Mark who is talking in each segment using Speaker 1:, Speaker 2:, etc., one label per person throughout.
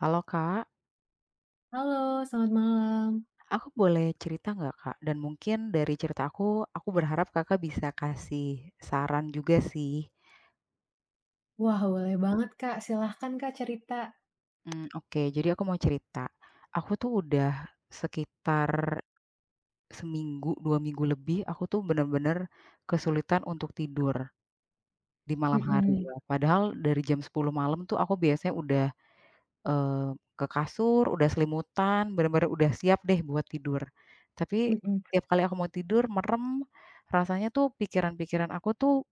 Speaker 1: Halo Kak,
Speaker 2: Halo, selamat malam.
Speaker 1: aku boleh cerita nggak Kak? Dan mungkin dari cerita aku berharap Kakak bisa kasih saran juga sih.
Speaker 2: Wah, boleh banget, Kak. Silahkan, Kak, cerita.
Speaker 1: Oke, jadi aku mau cerita. Aku tuh udah sekitar seminggu, 2 minggu lebih, aku tuh bener-bener kesulitan untuk tidur di malam Mhm. hari
Speaker 2: Mhm,
Speaker 1: ya. Padahal dari jam sepuluh malam tuh aku biasanya udah Eee, ke kasur, udah selimutan, bener-bener udah siap deh buat tidur. Tapi
Speaker 2: mhm.
Speaker 1: tiap kali aku mau tidur merem, rasanya tuh pikiran-pikiran aku tuh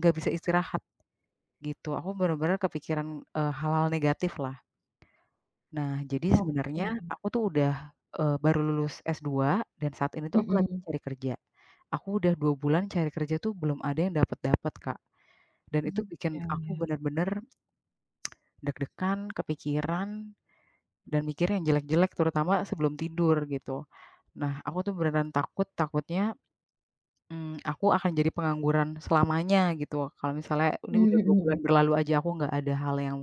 Speaker 1: nggak bisa istirahat gitu. Aku bener-bener kepikiran, hal-hal negatif lah. Nah, jadi sebenarnya
Speaker 2: Oke,
Speaker 1: aku tuh udah, baru lulus s dua dan saat ini tuh aku lagi
Speaker 2: mhm.
Speaker 1: cari kerja. Aku udah 2 bulan cari kerja tuh belum ada yang dapat dapat Kak, dan
Speaker 2: Oh,
Speaker 1: itu bikin
Speaker 2: ya
Speaker 1: aku
Speaker 2: ya.
Speaker 1: bener-bener deg-degan, kepikiran. Dan mikir yang jelek-jelek terutama sebelum tidur gitu. Nah, aku tuh beneran takut, takutnya, aku akan jadi pengangguran selamanya gitu. Kalau misalnya ini
Speaker 2: Mmm,
Speaker 1: udah
Speaker 2: mhm
Speaker 1: 2 bulan
Speaker 2: mhm.
Speaker 1: berlalu aja aku nggak ada hal yang,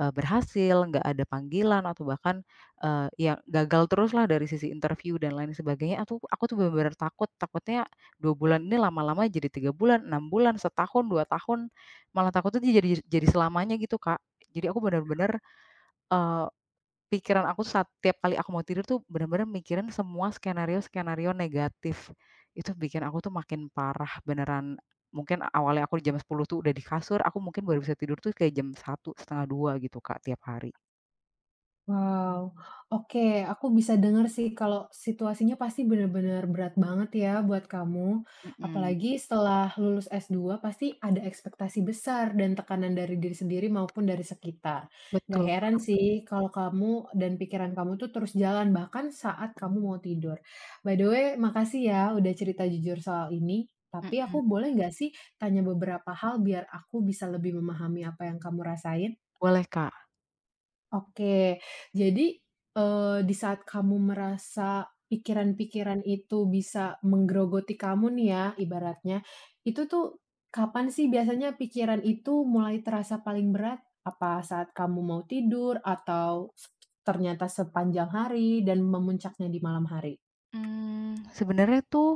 Speaker 1: berhasil, nggak ada panggilan atau bahkan, ya gagal terus lah dari sisi interview dan lain sebagainya. Aku tuh bener-bener takut, takutnya 2 bulan ini lama-lama jadi 3 bulan, 6 bulan, setahun, 2 tahun, malah takutnya jadi selamanya gitu, Kak. Jadi aku bener-bener, eee, pikiran aku setiap kali aku mau tidur tuh bener-bener mikirin semua skenario-skenario negatif. Itu bikin aku tuh makin parah beneran. Mungkin awalnya aku jam sepuluh tuh udah di kasur, aku mungkin baru bisa tidur tuh kayak jam satu setengah dua gitu, Kak, tiap hari.
Speaker 2: Wow, oke, aku bisa dengar sih kalau situasinya pasti benar-benar berat banget ya buat kamu.
Speaker 1: Mhm,
Speaker 2: Apalagi setelah lulus s dua, pasti ada ekspektasi besar dan tekanan dari diri sendiri maupun dari sekitar. Gak
Speaker 1: betul,
Speaker 2: heran sih kalau kamu dan pikiran kamu tuh terus jalan bahkan saat kamu mau tidur. By the way, makasih ya udah cerita jujur soal ini. Tapi
Speaker 1: mhm.
Speaker 2: aku boleh nggak sih tanya beberapa hal biar aku bisa lebih memahami apa yang kamu rasain?
Speaker 1: Boleh, Kak.
Speaker 2: Oke. Jadi, di saat kamu merasa pikiran-pikiran itu bisa menggerogoti kamu nih ya, ibaratnya, itu tuh kapan sih biasanya pikiran itu mulai terasa paling berat? Apa saat kamu mau tidur atau ternyata sepanjang hari dan memuncaknya di malam hari?
Speaker 1: Sebenarnya tuh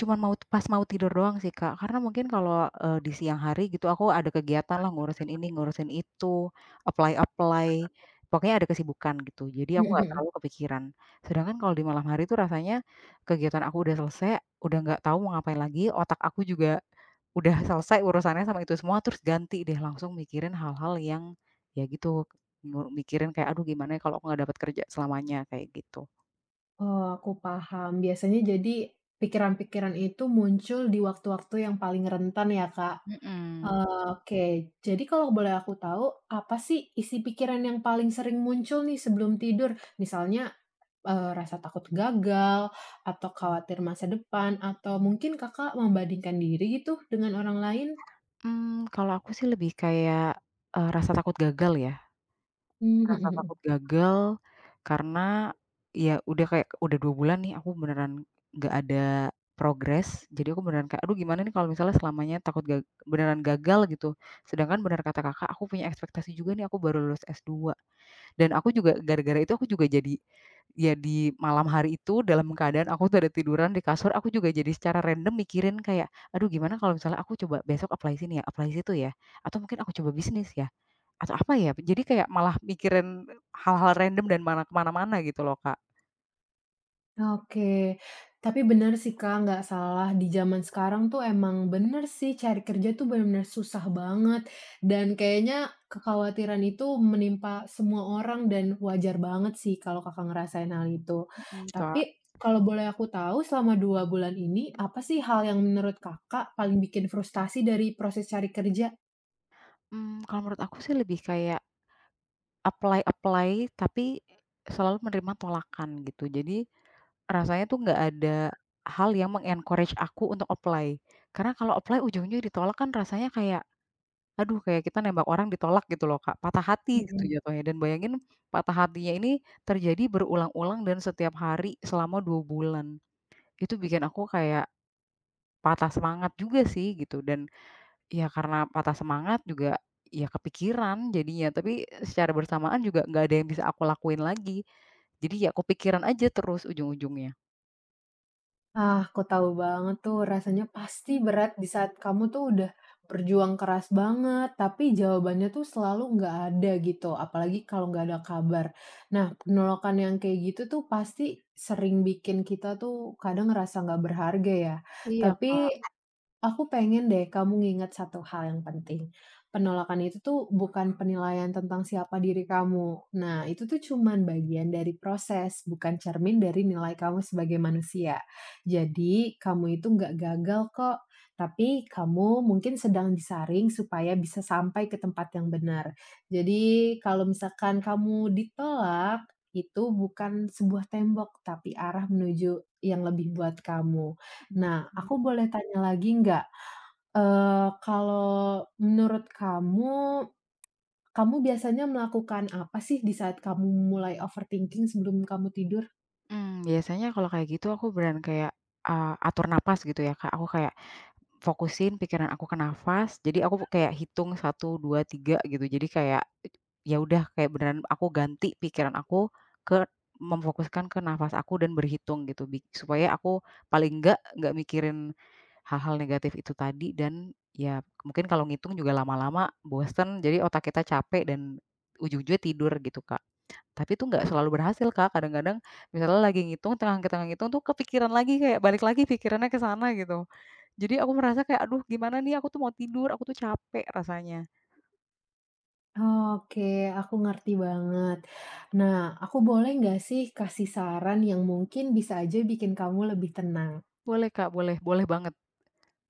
Speaker 1: cuman mau pas mau tidur doang sih, Kak. Karena mungkin kalau, di siang hari gitu aku ada kegiatan lah ngurusin ini, ngurusin itu, apply-apply, pokoknya ada kesibukan gitu. Jadi aku
Speaker 2: Mhm
Speaker 1: nggak
Speaker 2: mhm.
Speaker 1: terlalu kepikiran. Sedangkan kalau di malam hari itu rasanya kegiatan aku udah selesai, udah nggak tahu mau ngapain lagi, otak aku juga udah selesai urusannya sama itu semua, terus ganti deh langsung mikirin hal-hal yang ya gitu, mikirin kayak, "Aduh gimana ya kalau aku nggak dapat kerja selamanya?" Kayak gitu.
Speaker 2: Oh, aku paham. Biasanya jadi pikiran-pikiran itu muncul di waktu-waktu yang paling rentan ya, Kak?
Speaker 1: Mhm.
Speaker 2: Oke, jadi kalau boleh aku tahu, apa sih isi pikiran yang paling sering muncul nih sebelum tidur? Misalnya, rasa takut gagal, atau khawatir masa depan, atau mungkin Kakak membandingkan diri gitu dengan orang lain?
Speaker 1: Kalau aku sih lebih kayak, rasa takut gagal ya, rasa takut gagal karena ya udah kayak udah 2 bulan nih aku beneran nggak ada progres, jadi aku beneran kayak, "Aduh gimana nih kalau misalnya selamanya takut beneran gagal," gitu. Sedangkan bener kata Kakak, aku punya ekspektasi juga nih aku baru lulus S2. Dan aku juga gara-gara itu aku juga jadi ya di malam hari itu dalam keadaan aku tuh ada tiduran di kasur, aku juga jadi secara random mikirin kayak, "Aduh gimana kalau misalnya aku coba besok apply sini ya, apply situ ya, atau mungkin aku coba bisnis ya, atau apa ya?" Jadi kayak malah mikirin hal-hal random dan mana kemana mana gitu loh, Kak.
Speaker 2: Oke, tapi bener sih Kak, nggak salah di zaman sekarang tuh emang bener sih cari kerja tuh bener-bener susah banget dan kayaknya kekhawatiran itu menimpa semua orang dan wajar banget sih kalau Kakak ngerasain hal itu.
Speaker 1: Mhm, Kak.
Speaker 2: Tapi kalau boleh aku tahu selama 2 bulan ini apa sih hal yang menurut Kakak paling bikin frustasi dari proses cari kerja?
Speaker 1: Kalau menurut aku sih lebih kayak apply-apply tapi selalu menerima tolakan gitu. Jadi rasanya tuh nggak ada hal yang mengencourage aku untuk apply. Karena kalau apply ujung-ujungnya ditolak kan rasanya kayak, aduh kayak kita nembak orang ditolak gitu loh Kak, patah hati gitu
Speaker 2: Mhm.
Speaker 1: jatuhnya dan bayangin patah hatinya ini terjadi berulang-ulang dan setiap hari selama 2 bulan. Itu bikin aku kayak patah semangat juga sih gitu dan ya karena patah semangat juga ya kepikiran jadinya, tapi secara bersamaan juga nggak ada yang bisa aku lakuin lagi. Jadi ya kepikiran aja terus ujung-ujungnya.
Speaker 2: Ah, aku tahu banget tuh rasanya pasti berat di saat kamu tuh udah berjuang keras banget, tapi jawabannya tuh selalu nggak ada gitu, apalagi kalau nggak ada kabar. Nah, penolakan yang kayak gitu tuh pasti sering bikin kita tuh kadang ngerasa nggak berharga ya.
Speaker 1: Iya
Speaker 2: Tapi
Speaker 1: Kak,
Speaker 2: aku pengen deh kamu nginget satu hal yang penting. Penolakan itu tuh bukan penilaian tentang siapa diri kamu. Nah, itu tuh cuman bagian dari proses, bukan cermin dari nilai kamu sebagai manusia. Jadi, kamu itu nggak gagal kok. Tapi kamu mungkin sedang disaring supaya bisa sampai ke tempat yang benar. Jadi, kalau misalkan kamu ditolak, itu bukan sebuah tembok, tapi arah menuju yang lebih buat kamu.
Speaker 1: mhm.
Speaker 2: Nah, aku boleh tanya lagi nggak? Kalau menurut kamu, kamu biasanya melakukan apa sih di saat kamu mulai overthinking sebelum kamu tidur?
Speaker 1: Biasanya kalau kayak gitu aku beneran kayak, atur napas gitu ya, Kak. Aku kayak fokusin pikiran aku ke nafas, jadi aku kayak hitung satu 2 3 gitu. Jadi kayak, ya udah kayak beneran aku ganti pikiran aku ke memfokuskan ke nafas aku dan berhitung gitu supaya aku paling enggak mikirin hal-hal negatif itu tadi dan ya mungkin kalau ngitung juga lama-lama bosen, jadi otak kita capek dan ujung-ujungnya tidur gitu, Kak. Tapi itu nggak selalu berhasil, Kak. Kadang-kadang misalnya lagi ngitung, tengah tengah ngitung tuh kepikiran lagi, kayak balik lagi pikirannya ke sana gitu. Jadi aku merasa kayak, "Aduh gimana nih, aku tuh mau tidur, aku tuh capek rasanya."
Speaker 2: Oke, aku ngerti banget. Nah, aku boleh nggak sih kasih saran yang mungkin bisa aja bikin kamu lebih tenang?
Speaker 1: Boleh, Kak, boleh boleh banget.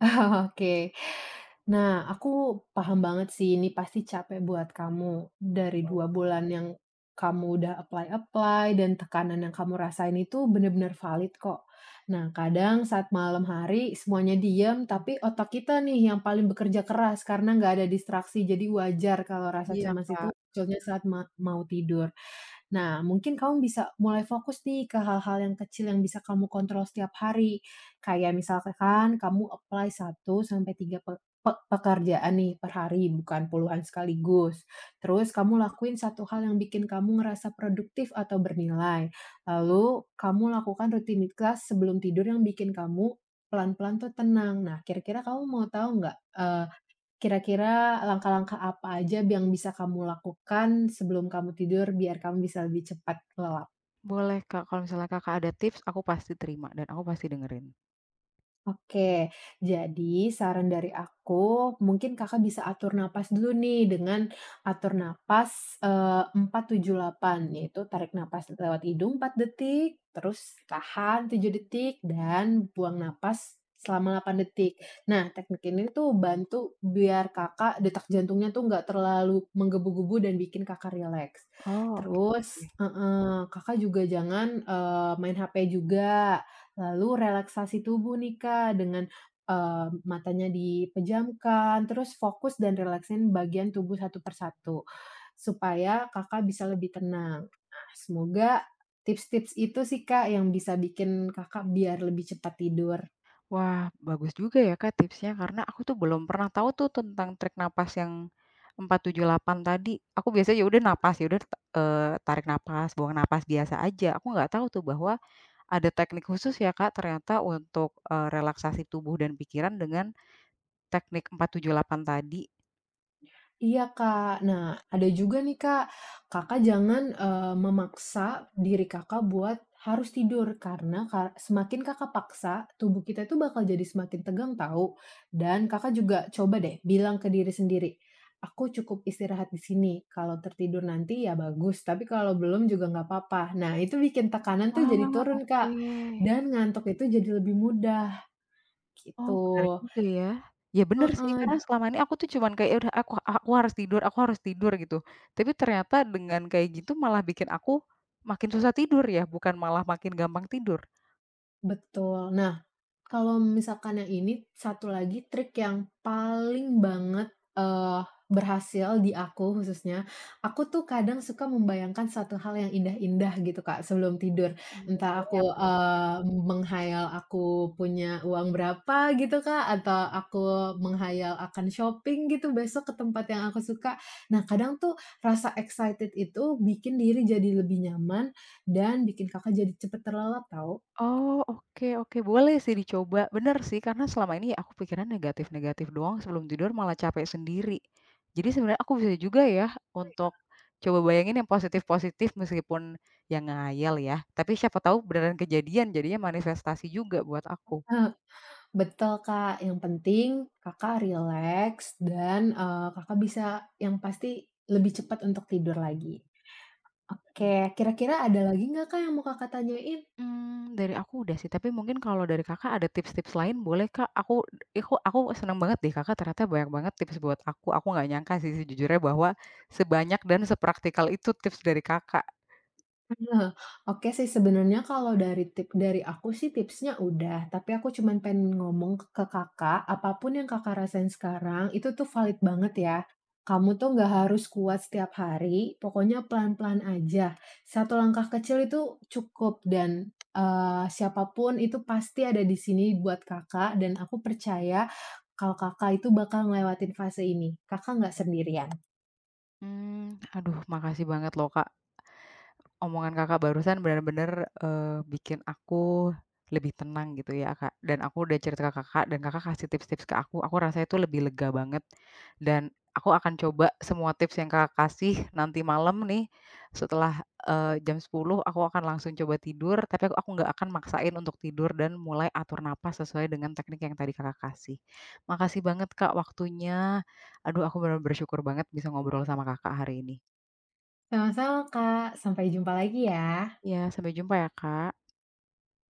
Speaker 2: Oke. Nah, aku paham banget sih ini pasti capek buat kamu. Dari 2 bulan yang kamu udah apply-apply dan tekanan yang kamu rasain itu bener-bener valid kok. Nah, kadang saat malam hari semuanya diam, tapi otak kita nih yang paling bekerja keras karena nggak ada distraksi. Jadi wajar kalau rasa
Speaker 1: Iya,
Speaker 2: cemas
Speaker 1: Kak.
Speaker 2: itu munculnya saat mau tidur. Nah, mungkin kamu bisa mulai fokus nih ke hal-hal yang kecil yang bisa kamu kontrol setiap hari. Kayak misalkan kamu apply satu sampai 3 pekerjaan nih per hari, bukan puluhan sekaligus. Terus kamu lakuin satu hal yang bikin kamu ngerasa produktif atau bernilai. Lalu kamu lakukan rutinitas sebelum tidur yang bikin kamu pelan-pelan tuh tenang. Nah, kira-kira kamu mau tahu nggak. Kira-kira langkah-langkah apa aja yang bisa kamu lakukan sebelum kamu tidur biar kamu bisa lebih cepat lelah?
Speaker 1: Boleh, Kak. Kalau misalnya Kakak ada tips, aku pasti terima dan aku pasti dengerin.
Speaker 2: Oke, jadi saran dari aku, mungkin Kakak bisa atur napas dulu nih dengan atur napas, 4, 7, 8 yaitu tarik napas lewat hidung 4 detik, terus tahan 7 detik, dan buang napas selama 8 detik. Nah, teknik ini tuh bantu biar Kakak detak jantungnya tuh nggak terlalu menggebu-gebu dan bikin Kakak rileks.
Speaker 1: Oh, oke.
Speaker 2: Terus heeh, Kakak juga jangan, main HP juga. Lalu relaksasi tubuh nih, Kak, dengan, matanya dipejamkan, terus fokus dan relaksin bagian tubuh satu persatu supaya Kakak bisa lebih tenang. Nah, semoga tips-tips itu sih, Kak, yang bisa bikin Kakak biar lebih cepat tidur.
Speaker 1: Wah, bagus juga ya Kak tipsnya, karena aku tuh belum pernah tahu tuh tentang trik napas yang 4 7 8 tadi. Aku biasanya ya udah napas, ya udah, tarik napas, buang napas biasa aja. Aku nggak tahu tuh bahwa ada teknik khusus ya Kak ternyata untuk, relaksasi tubuh dan pikiran dengan teknik empat tujuh delapan tadi.
Speaker 2: Iya, Kak. Nah, ada juga nih, Kak, Kakak jangan, memaksa diri Kakak buat harus tidur karena semakin Kakak paksa, tubuh kita itu bakal jadi semakin tegang tahu. Dan Kakak juga coba deh bilang ke diri sendiri, "Aku cukup istirahat di sini, kalau tertidur nanti ya bagus, tapi kalau belum juga nggak apa-apa." Nah, itu bikin tekanan tuh jadi
Speaker 1: Ah,
Speaker 2: turun, Kak,
Speaker 1: oke.
Speaker 2: dan ngantuk itu jadi lebih mudah,
Speaker 1: Oh, benar
Speaker 2: gitu.
Speaker 1: juga ya. Ya bener sih,
Speaker 2: Heeh,
Speaker 1: karena selama ini aku tuh cuman kayak, "Ya udah aku harus tidur aku harus tidur," gitu. Tapi ternyata dengan kayak gitu malah bikin aku makin susah tidur ya, bukan malah makin gampang tidur?
Speaker 2: betul. Nah, kalau misalkan yang ini, satu lagi trik yang paling banget, eee, berhasil di aku khususnya, aku tuh kadang suka membayangkan suatu hal yang indah-indah gitu, Kak, sebelum tidur. Entah
Speaker 1: Misalnya
Speaker 2: aku,
Speaker 1: apa tuh?
Speaker 2: menghayal aku punya uang berapa gitu, Kak, atau aku menghayal akan shopping gitu besok ke tempat yang aku suka. Nah, kadang tuh rasa excited itu bikin diri jadi lebih nyaman dan bikin Kakak jadi cepet terlelap tahu.
Speaker 1: Oh, oke oke, boleh sih dicoba. Bener sih, karena selama ini aku pikiran negatif-negatif doang, sebelum tidur malah capek sendiri. Jadi sebenarnya aku bisa juga ya untuk coba bayangin yang positif-positif meskipun yang ngayal ya, tapi siapa tahu beneran kejadian, jadinya manifestasi juga buat aku.
Speaker 2: Betul, Kak. Yang penting Kakak rileks dan, Kakak bisa yang pasti lebih cepat untuk tidur lagi.
Speaker 1: Mhm.
Speaker 2: Oke, kira-kira ada lagi nggak, Kak, yang mau Kakak tanyain?
Speaker 1: Dari aku udah sih, tapi mungkin kalau dari Kakak ada tips-tips lain boleh, Kak. Aku seneng banget deh Kakak ternyata banyak banget tips buat aku. Aku nggak nyangka sih sejujurnya bahwa sebanyak dan sepraktikal itu tips dari Kakak.
Speaker 2: Nah, oke sih sebenarnya kalau dari tip dari aku sih tipsnya udah, tapi aku cuman pengen ngomong ke Kakak, apapun yang Kakak rasain sekarang itu tuh valid banget ya. Kamu tuh nggak harus kuat setiap hari, pokoknya pelan-pelan aja. Satu langkah kecil itu cukup dan, siapa itu pasti ada di sini buat Kakak dan aku percaya kalau Kakak itu bakal ngelewatin fase ini, Kakak nggak sendirian.
Speaker 1: Aduh makasih banget loh Kak, omongan Kakak barusan bener-bener, bikin aku lebih tenang gitu ya Kak, dan aku udah cerita ke Kakak dan Kakak kasih tips-tips ke aku rasanya itu lebih lega banget dan aku akan coba semua tips yang Kakak kasih nanti malam nih setelah, jam sepuluh, aku akan langsung coba tidur tapi aku nggak akan maksain untuk tidur dan mulai atur napas sesuai dengan teknik yang tadi Kakak kasih. Makasih banget Kak waktunya, aduh aku bener-bener bersyukur banget bisa ngobrol sama Kakak hari ini.
Speaker 2: Sama-sama Kak, sampai jumpa lagi ya.
Speaker 1: Iya, sampai jumpa ya, Kak.